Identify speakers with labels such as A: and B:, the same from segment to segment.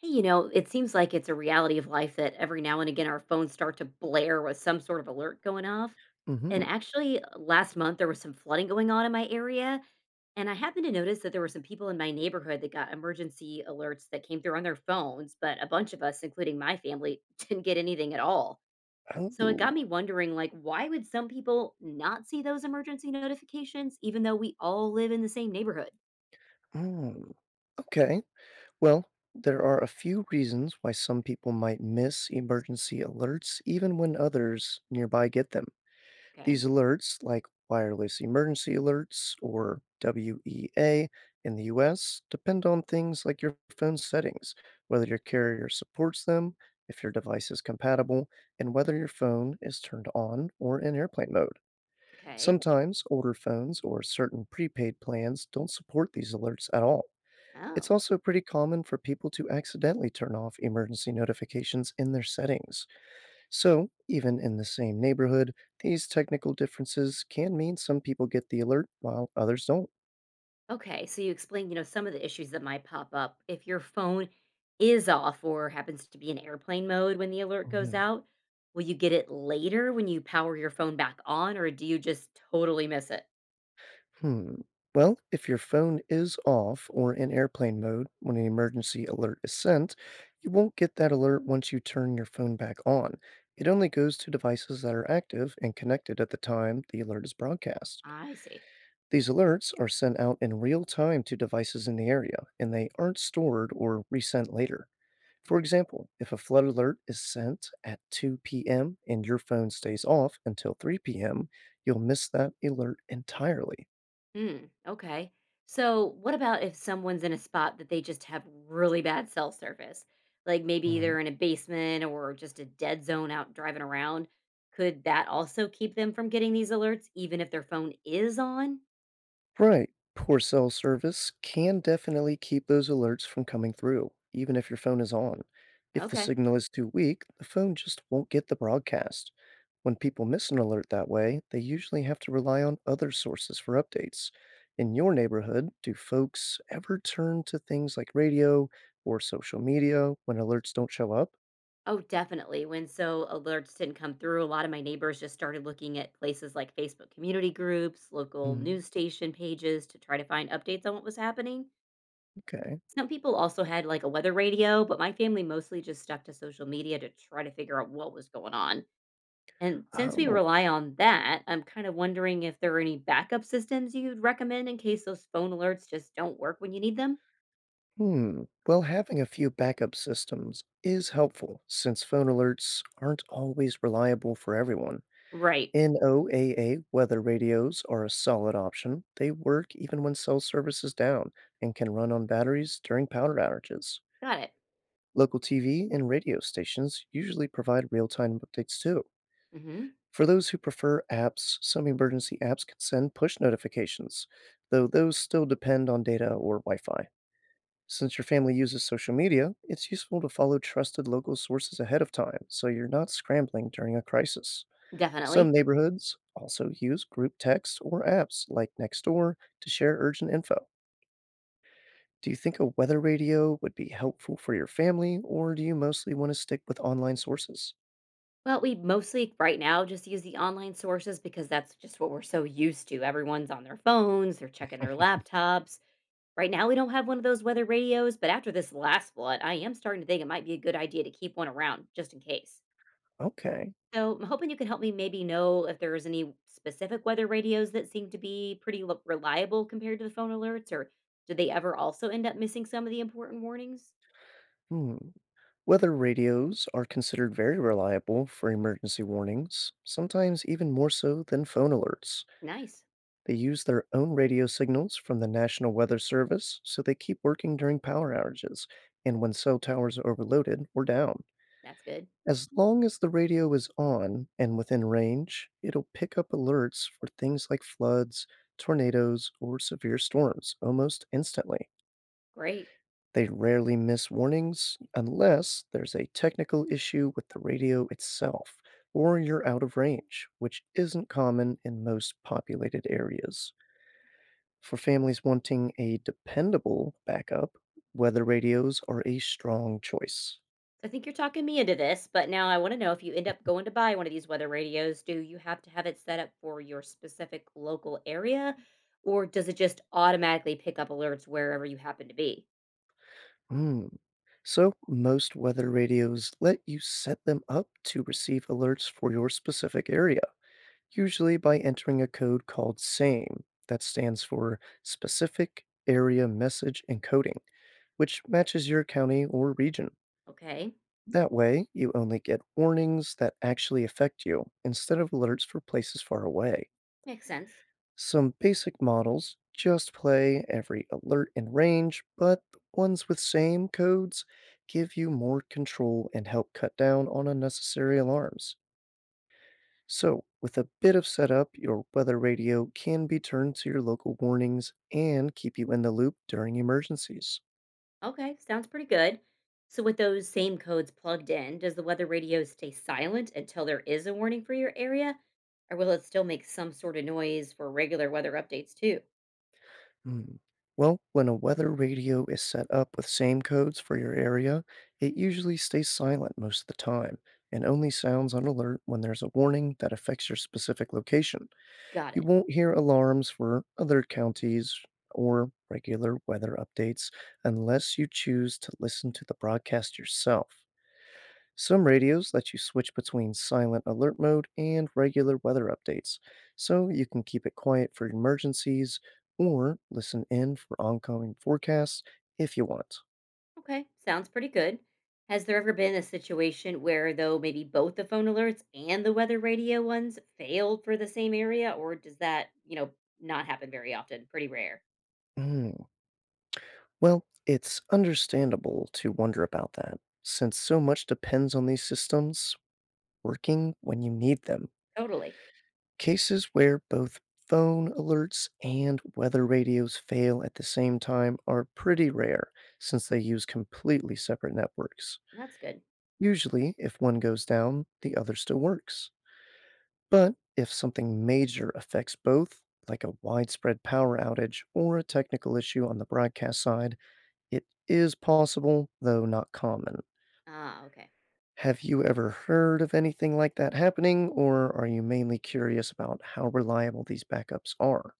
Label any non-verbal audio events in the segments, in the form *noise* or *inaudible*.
A: Hey, you know, it seems like it's a reality of life that every now and again our phones start to blare with some sort of alert going off. And
B: Mhm.
A: actually, last month there was some flooding going on in my area. And I happened to notice that there were some people in my neighborhood that got emergency alerts that came through on their phones, but a bunch of us, including my family, *laughs* didn't get anything at all. So it
B: Oh,
A: got me wondering, like, why would some people not see those emergency notifications even though we all live in the same neighborhood?
B: mm. Okay. Well, there are a few reasons why some people might miss emergency alerts even when others nearby get them. These
A: Okay.
B: alerts, like wireless emergency alerts or WEA in the US, depend on things like your phone settings, whether your carrier supports them, if your device is compatible, and whether your phone is turned on or in airplane mode.
A: Okay.
B: Sometimes older phones or certain prepaid plans don't support these alerts at all. It's
A: Oh.
B: also pretty common for people to accidentally turn off emergency notifications in their settings. So, even in the same neighborhood, these technical differences can mean some people get the alert while others don't.
A: Okay, so you explained, you know, some of the issues that might pop up if your phone is off or happens to be in airplane mode when the alert goes
B: Mhm.
A: out. Will you get it later when you power your phone back on, or do you just totally miss it?
B: Hmm. Well, if your phone is off or in airplane mode when an emergency alert is sent, you won't get that alert once you turn your phone back on. It only goes to devices that are active and connected at the time the alert is broadcast.
A: I see.
B: These alerts are sent out in real time to devices in the area, and they aren't stored or resent later. For example, if a flood alert is sent at 2 p.m. and your phone stays off until 3 p.m., you'll miss that alert entirely.
A: Hmm. Okay. So, what about if someone's in a spot that they just have really bad cell service? Like, maybe
B: Hmm.
A: they're in a basement or just a dead zone out driving around. Could that also keep them from getting these alerts, even if their phone is on?
B: Right. Poor cell service can definitely keep those alerts from coming through, even if your phone is on. If the
A: Okay.
B: signal is too weak, the phone just won't get the broadcast. When people miss an alert that way, they usually have to rely on other sources for updates. In your neighborhood, do folks ever turn to things like radio or social media when alerts don't show up?
A: Oh, definitely. When so alerts didn't come through, a lot of my neighbors just started looking at places like Facebook community groups, local
B: Mm,
A: news station pages to try to find updates on what was happening.
B: okay.
A: Some people also had like a weather radio, but my family mostly just stuck to social media to try to figure out what was going on. And since we
B: Oh,
A: rely on that, I'm kind of wondering if there are any backup systems you'd recommend in case those phone alerts just don't work when you need them.
B: hmm. Well, having a few backup systems is helpful since phone alerts aren't always reliable for everyone.
A: Right.
B: NOAA weather radios are a solid option. They work even when cell service is down and can run on batteries during power outages.
A: Got it.
B: Local TV and radio stations usually provide real time updates too.
A: Hmm.
B: For those who prefer apps, some emergency apps can send push notifications, though those still depend on data or Wi Fi. Since your family uses social media, it's useful to follow trusted local sources ahead of time so you're not scrambling during a crisis. Some
A: Definitely.
B: neighborhoods also use group text or apps like Nextdoor to share urgent info. Do you think a weather radio would be helpful for your family, or do you mostly want to stick with online sources?
A: Well, we mostly right now just use the online sources because that's just what we're so used to. Everyone's on their phones, they're checking their laptops. Right now, we don't have one of those weather radios, but after this last flood, I am starting to think it might be a good idea to keep one around just in case.
B: Okay.
A: So I'm hoping you can help me maybe know if there's any specific weather radios that seem to be pretty reliable compared to the phone alerts, or do they ever also end up missing some of the important warnings?
B: Hmm. Weather radios are considered very reliable for emergency warnings, sometimes even more so than phone alerts.
A: Nice.
B: They use their own radio signals from the National Weather Service, so they keep working during power outages and when cell towers are overloaded or down.
A: That's good.
B: As long as the radio is on and within range, it'll pick up alerts for things like floods, tornadoes, or severe storms almost instantly.
A: Great.
B: They rarely miss warnings unless there's a technical issue with the radio itself or you're out of range, which isn't common in most populated areas. For families wanting a dependable backup, weather radios are a strong choice.
A: I think you're talking me into this, but now I want to know, if you end up going to buy one of these weather radios, do you have to have it set up for your specific local area, or does it just automatically pick up alerts wherever you happen to be?
B: Hmm. So, most weather radios let you set them up to receive alerts for your specific area, usually by entering a code called SAME, that stands for Specific Area Message Encoding, which matches your county or region.
A: Okay,
B: That way, you only get warnings that actually affect you instead of alerts for places far away.
A: makes sense.
B: Some basic models just play every alert and range, but the ones with same codes give you more control and help cut down on unnecessary alarms. So, with a bit of setup, your weather radio can be turned to your local warnings and keep you in the loop during emergencies.
A: Okay, sounds pretty good. So, with those same codes plugged in, does the weather radio stay silent until there is a warning for your area, or will it still make some sort of noise for regular weather updates too?
B: Hmm. Well, when a weather radio is set up with same codes for your area, it usually stays silent most of the time and only sounds on alert when there's a warning that affects your specific location.
A: Got
B: You
A: it.
B: won't hear alarms for other counties or regular weather updates unless you choose to listen to the broadcast yourself. Some radios let you switch between silent alert mode and regular weather updates, so you can keep it quiet for emergencies or listen in for oncoming forecasts if you want.
A: Okay, sounds pretty good. Has there ever been a situation where, though, maybe both the phone alerts and the weather radio ones failed for the same area, or does that, you know, not happen very often? Pretty rare.
B: Mm, well, it's understandable to wonder about that, since so much depends on these systems working when you need them.
A: Totally.
B: Cases where both phone alerts and weather radios fail at the same time are pretty rare, since they use completely separate networks.
A: That's good.
B: Usually, if one goes down, the other still works. But if something major affects both, like a widespread power outage or a technical issue on the broadcast side, it is possible, though not common.
A: Ah, okay.
B: Have you ever heard of anything like that happening, or are you mainly curious about how reliable these backups are?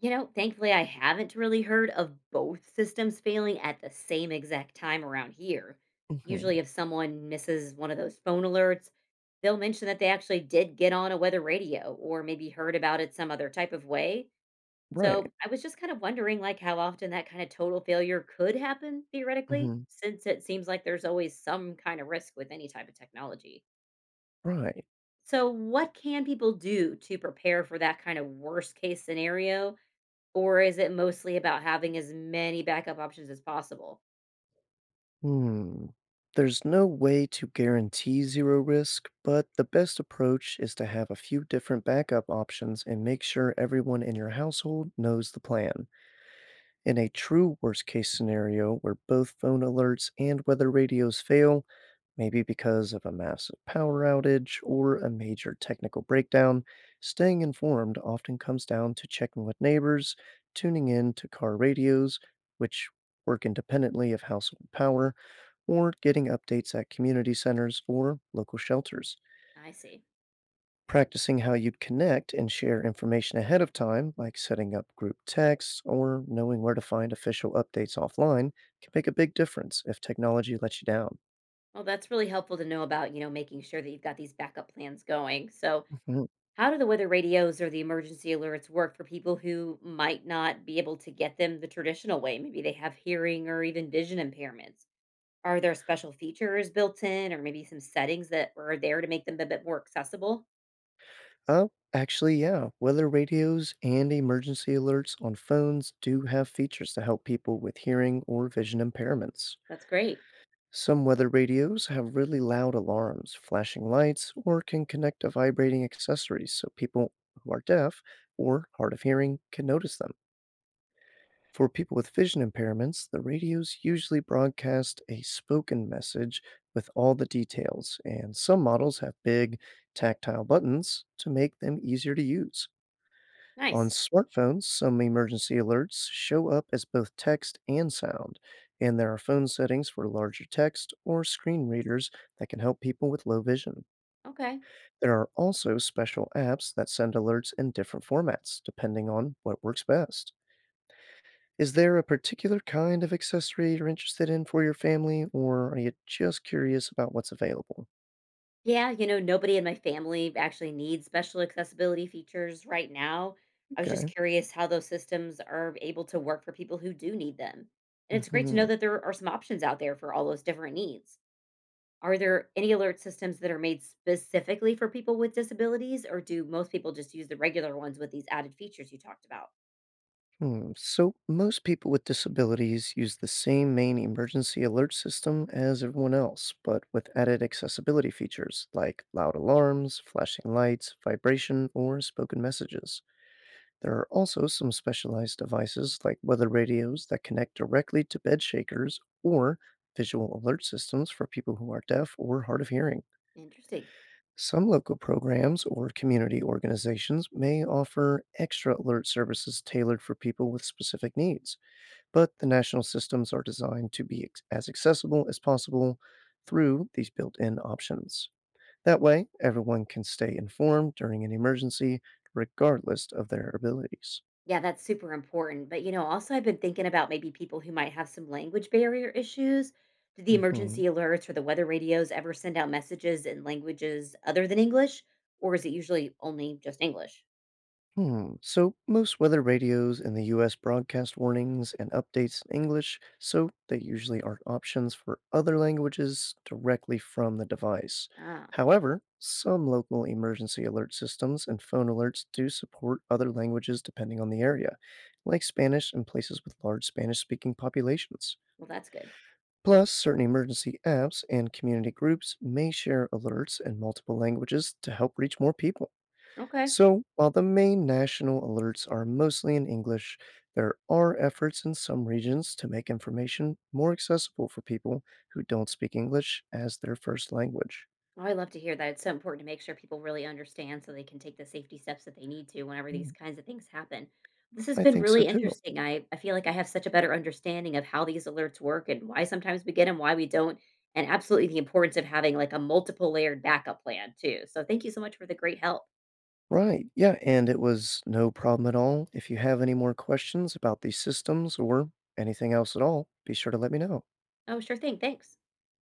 A: You know, thankfully, I haven't really heard of both systems failing at the same exact time around here.
B: Hmm.
A: Usually, if someone misses one of those phone alerts, they'll mention that they actually did get on a weather radio or maybe heard about it some other type of way.
B: Right.
A: So, I was just kind of wondering, like, how often that kind of total failure could happen theoretically,
B: Hmm.
A: since it seems like there's always some kind of risk with any type of technology.
B: Right.
A: So, what can people do to prepare for that kind of worst case scenario? Or is it mostly about having as many backup options as possible?
B: Hmm. There's no way to guarantee zero risk, but the best approach is to have a few different backup options and make sure everyone in your household knows the plan. In a true worst case scenario where both phone alerts and weather radios fail, maybe because of a massive power outage or a major technical breakdown, staying informed often comes down to checking with neighbors, tuning in to car radios, which work independently of household power or getting updates at community centers or local shelters.
A: I see.
B: Practicing how you'd connect and share information ahead of time, like setting up group texts or knowing where to find official updates offline, can make a big difference if technology lets you down.
A: Well, that's really helpful to know about, you know, making sure that you've got these backup plans going. So,
B: Mhm.
A: how do the weather radios or the emergency alerts work for people who might not be able to get them the traditional way? Maybe they have hearing or even vision impairments. Are there special features built in or maybe some settings that are there to make them a bit more accessible?
B: Oh, actually, yeah, weather radios and emergency alerts on phones do have features to help people with hearing or vision impairments.
A: That's great.
B: Some weather radios have really loud alarms, flashing lights, or can connect to vibrating accessories so people who are deaf or hard of hearing can notice them. For people with vision impairments, the radios usually broadcast a spoken message with all the details, and some models have big, tactile buttons to make them easier to use. On
A: Nice.
B: smartphones, some emergency alerts show up as both text and sound, and there are phone settings for larger text or screen readers that can help people with low vision.
A: Okay.
B: There are also special apps that send alerts in different formats, depending on what works best. Is there a particular kind of accessory you're interested in for your family, or are you just curious about what's available?
A: Yeah, you know, nobody in my family actually needs special accessibility features right now. I was just
B: Okay.
A: curious how those systems are able to work for people who do need them. And it's great to
B: Mhm.
A: know that there are some options out there for all those different needs. Are there any alert systems that are made specifically for people with disabilities, or do most people just use the regular ones with these added features you talked about?
B: Hmm, so, most people with disabilities use the same main emergency alert system as everyone else, but with added accessibility features like loud alarms, flashing lights, vibration, or spoken messages. There are also some specialized devices like weather radios that connect directly to bed shakers or visual alert systems for people who are deaf or hard of hearing.
A: Interesting.
B: Some local programs or community organizations may offer extra alert services tailored for people with specific needs but the national systems are designed to be as accessible as possible through these built in options. That way, everyone can stay informed during an emergency, regardless of their abilities.
A: Yeah, that's super important. But you know, also I've been thinking about maybe people who might have some language barrier issues. Do the emergency
B: Mhm.
A: alerts or the weather radios ever send out messages in languages other than English, or is it usually only just English?
B: Hmm. So most weather radios in the US broadcast warnings and updates in English, so they usually aren't options for other languages directly from the device.
A: Ah,
B: However, some local emergency alert systems and phone alerts do support other languages depending on the area, like Spanish in places with large Spanish speaking populations.
A: well, that's good.
B: Plus, certain emergency apps and community groups may share alerts in multiple languages to help reach more people.
A: Okay.
B: So, while the main national alerts are mostly in English, there are efforts in some regions to make information more accessible for people who don't speak English as their first language.
A: Oh, I love to hear that. It's so important to make sure people really understand so they can take the safety steps that they need to whenever
B: Hmm.
A: these kinds of things happen. This has
B: I
A: been
B: think so
A: really
B: too.
A: interesting. I feel like I have such a better understanding of how these alerts work and why sometimes we get them, why we don't, and absolutely the importance of having like a multiple layered backup plan too. So thank you so much for the great help.
B: Right. Yeah. And it was no problem at all. If you have any more questions about these systems or anything else at all, be sure to let me know.
A: Oh, sure thing. Thanks.